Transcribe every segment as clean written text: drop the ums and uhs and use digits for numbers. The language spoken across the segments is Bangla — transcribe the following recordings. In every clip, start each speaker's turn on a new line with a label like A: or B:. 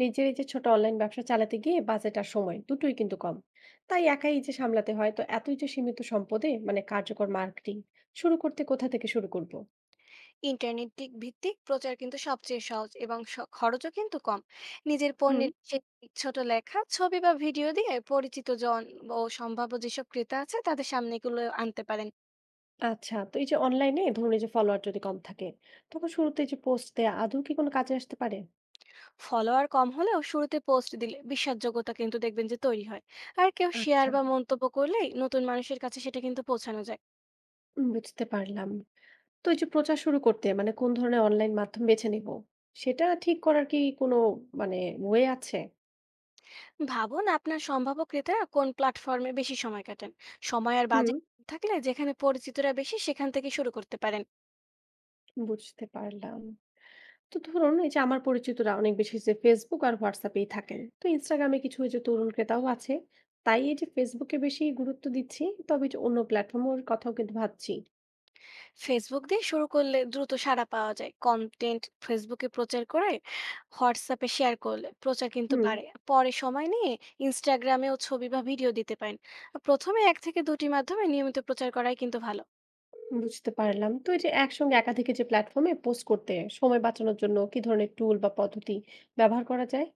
A: নিজের এই যে ছোট অনলাইন ব্যবসা চালাতে গিয়ে বাজেট আর সময় দুটোই কিন্তু কম, তাই একাই এই যে সামলাতে হয়। তো এতই যে সীমিত সম্পদে মানে কার্যকর মার্কেটিং শুরু করতে কোথা থেকে শুরু করব?
B: ইন্টারনেট দিক ভিত্তিক প্রচার কিন্তু সবচেয়ে সহজ এবং খরচও কিন্তু কম। নিজের
A: হুম।
B: পণ্যের বিশেষ দিক, ছোট লেখা ছবি বা ভিডিও দিয়ে পরিচিত জন ও সম্ভাব্য যেসব ক্রেতা আছে তাদের সামনে এগুলো আনতে পারেন।
A: আচ্ছা, তো এই যে অনলাইনে ধরুন এই যে ফলোয়ার যদি কম থাকে, তখন শুরুতে এই যে পোস্ট দেয়া আদৌ কি কোনো কাজে আসতে পারে?
B: ফলোয়ার কম হলেও শুরুতে পোস্ট দিলে বিশ্বাসযোগ্যতা কিন্তু দেখবেন যে তৈরি হয়। আর কেউ শেয়ার
A: আচ্ছা।
B: বা মন্তব্য করলেই নতুন মানুষের কাছে সেটা কিন্তু পৌঁছানো যায়।
A: বুঝতে পারলাম। তো এই যে প্রচার শুরু করতে মানে কোন ধরনের অনলাইন মাধ্যম বেছে নিব, সেটা ঠিক করার কি কোনো মানে ওয়ে আছে?
B: ভাবুন আপনার সম্ভাব্য ক্রেতারা কোন প্ল্যাটফর্মে বেশি সময় কাটেন। সময় আর
A: হুম।
B: বাজেট থাকলে যেখানে পরিচিতরা বেশি সেখান থেকে শুরু করতে পারেন।
A: বুঝতে পারলাম। তো ধরুন এই যে আমার পরিচিতরা অনেক বেশি যে ফেসবুক আর হোয়াটসঅ্যাপেই থাকেন, তো ইনস্টাগ্রামে কিছু এই যে তরুণ ক্রেতাও আছে। তাই এই যে ফেসবুকে বেশি গুরুত্ব দিচ্ছি, তবে এই যে অন্য প্ল্যাটফর্মের কথাও কিন্তু ভাবছি।
B: ফেসবুক দিয়ে শুরু করলে দ্রুত সাড়া পাওয়া যায়, কন্টেন্ট ফেসবুকে প্রচার করে হোয়াটসঅ্যাপে শেয়ার করলে প্রচার কিন্তু
A: হুম।
B: বাড়ে। পরে সময় নিয়ে ইনস্টাগ্রামেও ছবি বা ভিডিও দিতে পারেন। প্রথমে এক থেকে দুটি মাধ্যমে নিয়মিত প্রচার করাই কিন্তু ভালো।
A: বুঝতে পারলাম। তো এই যে একসঙ্গে একাধিক এই যে প্ল্যাটফর্মে পোস্ট করতে সময় বাঁচানোর জন্য কি ধরনের টুল বা পদ্ধতি ব্যবহার করা যায়?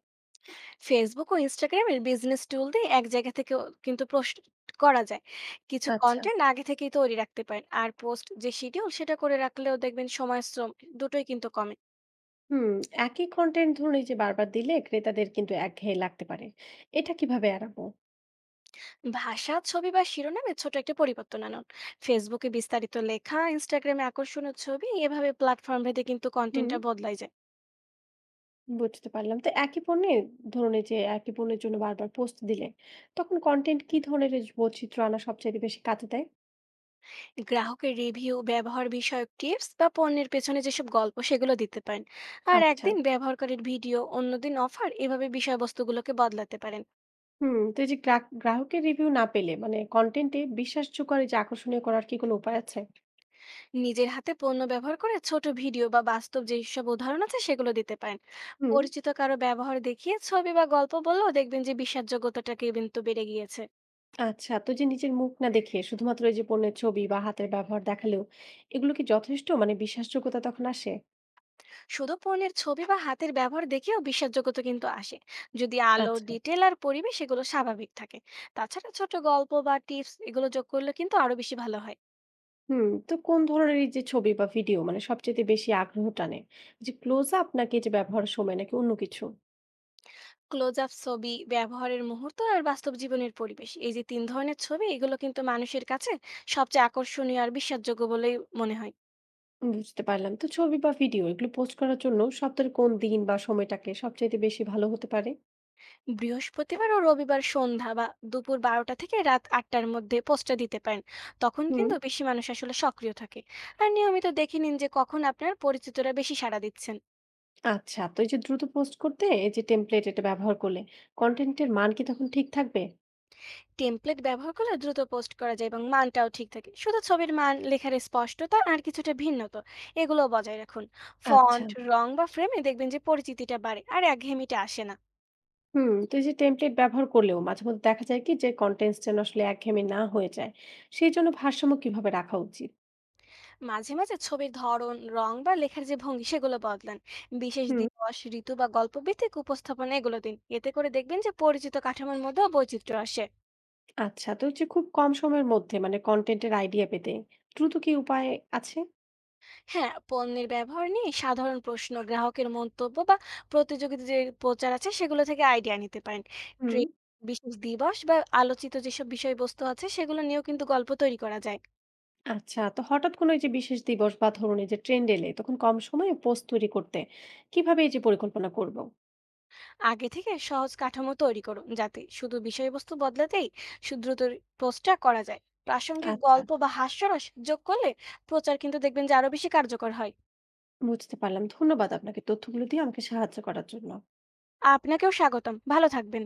B: ফেসবুক ও ইনস্টাগ্রামের বিজনেস টুল দিয়ে এক জায়গা থেকে কিন্তু পোস্ট করা যায়। কিছু
A: আচ্ছা।
B: কন্টেন্ট আগে থেকেই তৈরি রাখতে পারেন, আর পোস্ট যে শিডিউল সেটা করে রাখলেও দেখবেন সময় শ্রম দুটোই কিন্তু কমে।
A: হুম। একই কন্টেন্ট ধরুন এই যে বারবার দিলে ক্রেতাদের কিন্তু একঘেয়ে লাগতে পারে, এটা কিভাবে এড়াবো?
B: ভাষা ছবি বা শিরোনামে ছোট একটা পরিবর্তন আনুন। ফেসবুকে বিস্তারিত লেখা, ইনস্টাগ্রামে আকর্ষণীয় ছবি, এভাবে প্ল্যাটফর্ম ভেদে কিন্তু
A: হুম,
B: কন্টেন্টটা বদলাই যায়।
A: বুঝতে পারলাম। তো একই পণ্যে ধরুন এই যে একই পণ্যের জন্য বারবার পোস্ট দিলে, তখন কনটেন্ট কি ধরনের এই বৈচিত্র্য আনা সবচাইতে বেশি কাজে দেয়?
B: গ্রাহকের রিভিউ, ব্যবহার বিষয়ক টিপস বা পণ্যের পেছনে যেসব গল্প সেগুলো দিতে পারেন। আর
A: আচ্ছা।
B: একদিন ব্যবহারকারীর ভিডিও, অন্যদিন অফার, এভাবে বিষয়বস্তুগুলোকে বদলাতে পারেন।
A: হুম। তো এই যে গ্রাহকের রিভিউ না পেলে মানে কনটেন্টে বিশ্বাসযোগ্য আর এই যে আকর্ষণীয় করার কি কোনো উপায় আছে?
B: নিজের হাতে পণ্য ব্যবহার করে ছোট ভিডিও বা বাস্তব যেসব উদাহরণ আছে সেগুলো দিতে পারেন।
A: হুম।
B: পরিচিত কারো ব্যবহার দেখিয়ে ছবি বা গল্প বললেও দেখবেন যে বিশ্বাসযোগ্যতাটা কিন্তু বেড়ে গিয়েছে।
A: আচ্ছা। তো যে নিজের মুখ না দেখে শুধুমাত্র এই যে পণ্যের ছবি বা হাতের ব্যবহার দেখালেও এগুলো কি যথেষ্ট মানে বিশ্বাসযোগ্যতা তখন আসে?
B: শুধু পণ্যের ছবি বা হাতের ব্যবহার দেখেও বিশ্বাসযোগ্যতা কিন্তু আসে, যদি আলো
A: আচ্ছা।
B: ডিটেল আর পরিবেশ এগুলো স্বাভাবিক থাকে। তাছাড়া ছোট গল্প বা টিপস এগুলো যোগ করলে কিন্তু আরো বেশি ভালো হয়।
A: হুম। তো কোন ধরনের এই যে ছবি বা ভিডিও মানে সবচাইতে বেশি আগ্রহ টানে? যে ক্লোজ আপ নাকি এই যে ব্যবহারের সময় নাকি অন্য কিছু?
B: ক্লোজ আপ ছবি, ব্যবহারের মুহূর্ত আর বাস্তব জীবনের পরিবেশ, এই যে তিন ধরনের ছবি এগুলো কিন্তু মানুষের কাছে সবচেয়ে আকর্ষণীয় আর বিশ্বাসযোগ্য বলেই মনে হয়।
A: বুঝতে পারলাম। তো ছবি বা ভিডিও এগুলো পোস্ট করার জন্য সপ্তাহের কোন দিন বা সময়টাকে সবচাইতে বেশি ভালো হতে পারে?
B: বৃহস্পতিবার ও রবিবার সন্ধ্যা বা দুপুর 12টা থেকে রাত 8টার মধ্যে পোস্টটা দিতে পারেন। তখন
A: হুম।
B: কিন্তু বেশি মানুষ আসলে সক্রিয় থাকে। আর নিয়মিত দেখে নিন যে কখন আপনার পরিচিতরা বেশি সাড়া দিচ্ছেন।
A: আচ্ছা, তো এই যে দ্রুত পোস্ট করতে এই যে টেমপ্লেট এটা ব্যবহার করলে কনটেন্টের মান কি তখন ঠিক থাকবে?
B: টেমপ্লেট ব্যবহার করলে দ্রুত পোস্ট করা যায় এবং মানটাও ঠিক থাকে, শুধু ছবির মান, লেখার স্পষ্টতা আর কিছুটা ভিন্নতা এগুলো বজায় রাখুন।
A: আচ্ছা।
B: ফন্ট, রং বা ফ্রেমে দেখবেন যে পরিচিতিটা বাড়ে আর একঘেয়েমিটা আসে না।
A: হুম, তো এই যে টেমপ্লেট ব্যবহার করলেও মাঝে মধ্যে দেখা যায় কি যে কনটেন্টস যেন আসলে একঘেয়েমি না হয়ে যায়। সেই জন্য ভারসাম্য কিভাবে রাখা উচিত?
B: মাঝে মাঝে ছবির ধরন, রং বা লেখার যে ভঙ্গি সেগুলো বদলান। বিশেষ
A: হুম।
B: দিবস, ঋতু বা গল্প ভিত্তিক উপস্থাপনা এগুলো দিন, এতে করে দেখবেন যে পরিচিত কাঠামোর মধ্যেও বৈচিত্র্য আসে।
A: আচ্ছা, তো এই যে খুব কম সময়ের মধ্যে মানে কনটেন্টের আইডিয়া পেতে দ্রুত কি উপায় আছে?
B: হ্যাঁ, পণ্যের ব্যবহার নিয়ে সাধারণ প্রশ্ন, গ্রাহকের মন্তব্য বা প্রতিযোগিতা যে প্রচার আছে সেগুলো থেকে আইডিয়া নিতে পারেন।
A: হুম।
B: ট্রেন, বিশেষ দিবস বা আলোচিত যেসব বিষয়বস্তু আছে সেগুলো নিয়েও কিন্তু গল্প তৈরি করা যায়।
A: আচ্ছা, তো হঠাৎ কোনো এই যে বিশেষ দিবস বা ধরুন এই যে ট্রেন্ড এলে তখন কম সময়ে পোস্ট তৈরি করতে কিভাবে এই যে পরিকল্পনা করব?
B: আগে থেকে সহজ কাঠামো তৈরি করুন, যাতে শুধু বিষয়বস্তু বদলাতেই দ্রুত পোস্টটা করা যায়। প্রাসঙ্গিক
A: আচ্ছা।
B: গল্প বা হাস্যরস যোগ করলে প্রচার কিন্তু দেখবেন যে আরো বেশি কার্যকর হয়।
A: বুঝতে পারলাম, ধন্যবাদ আপনাকে তথ্যগুলো দিয়ে আমাকে সাহায্য করার জন্য।
B: আপনাকেও স্বাগতম, ভালো থাকবেন।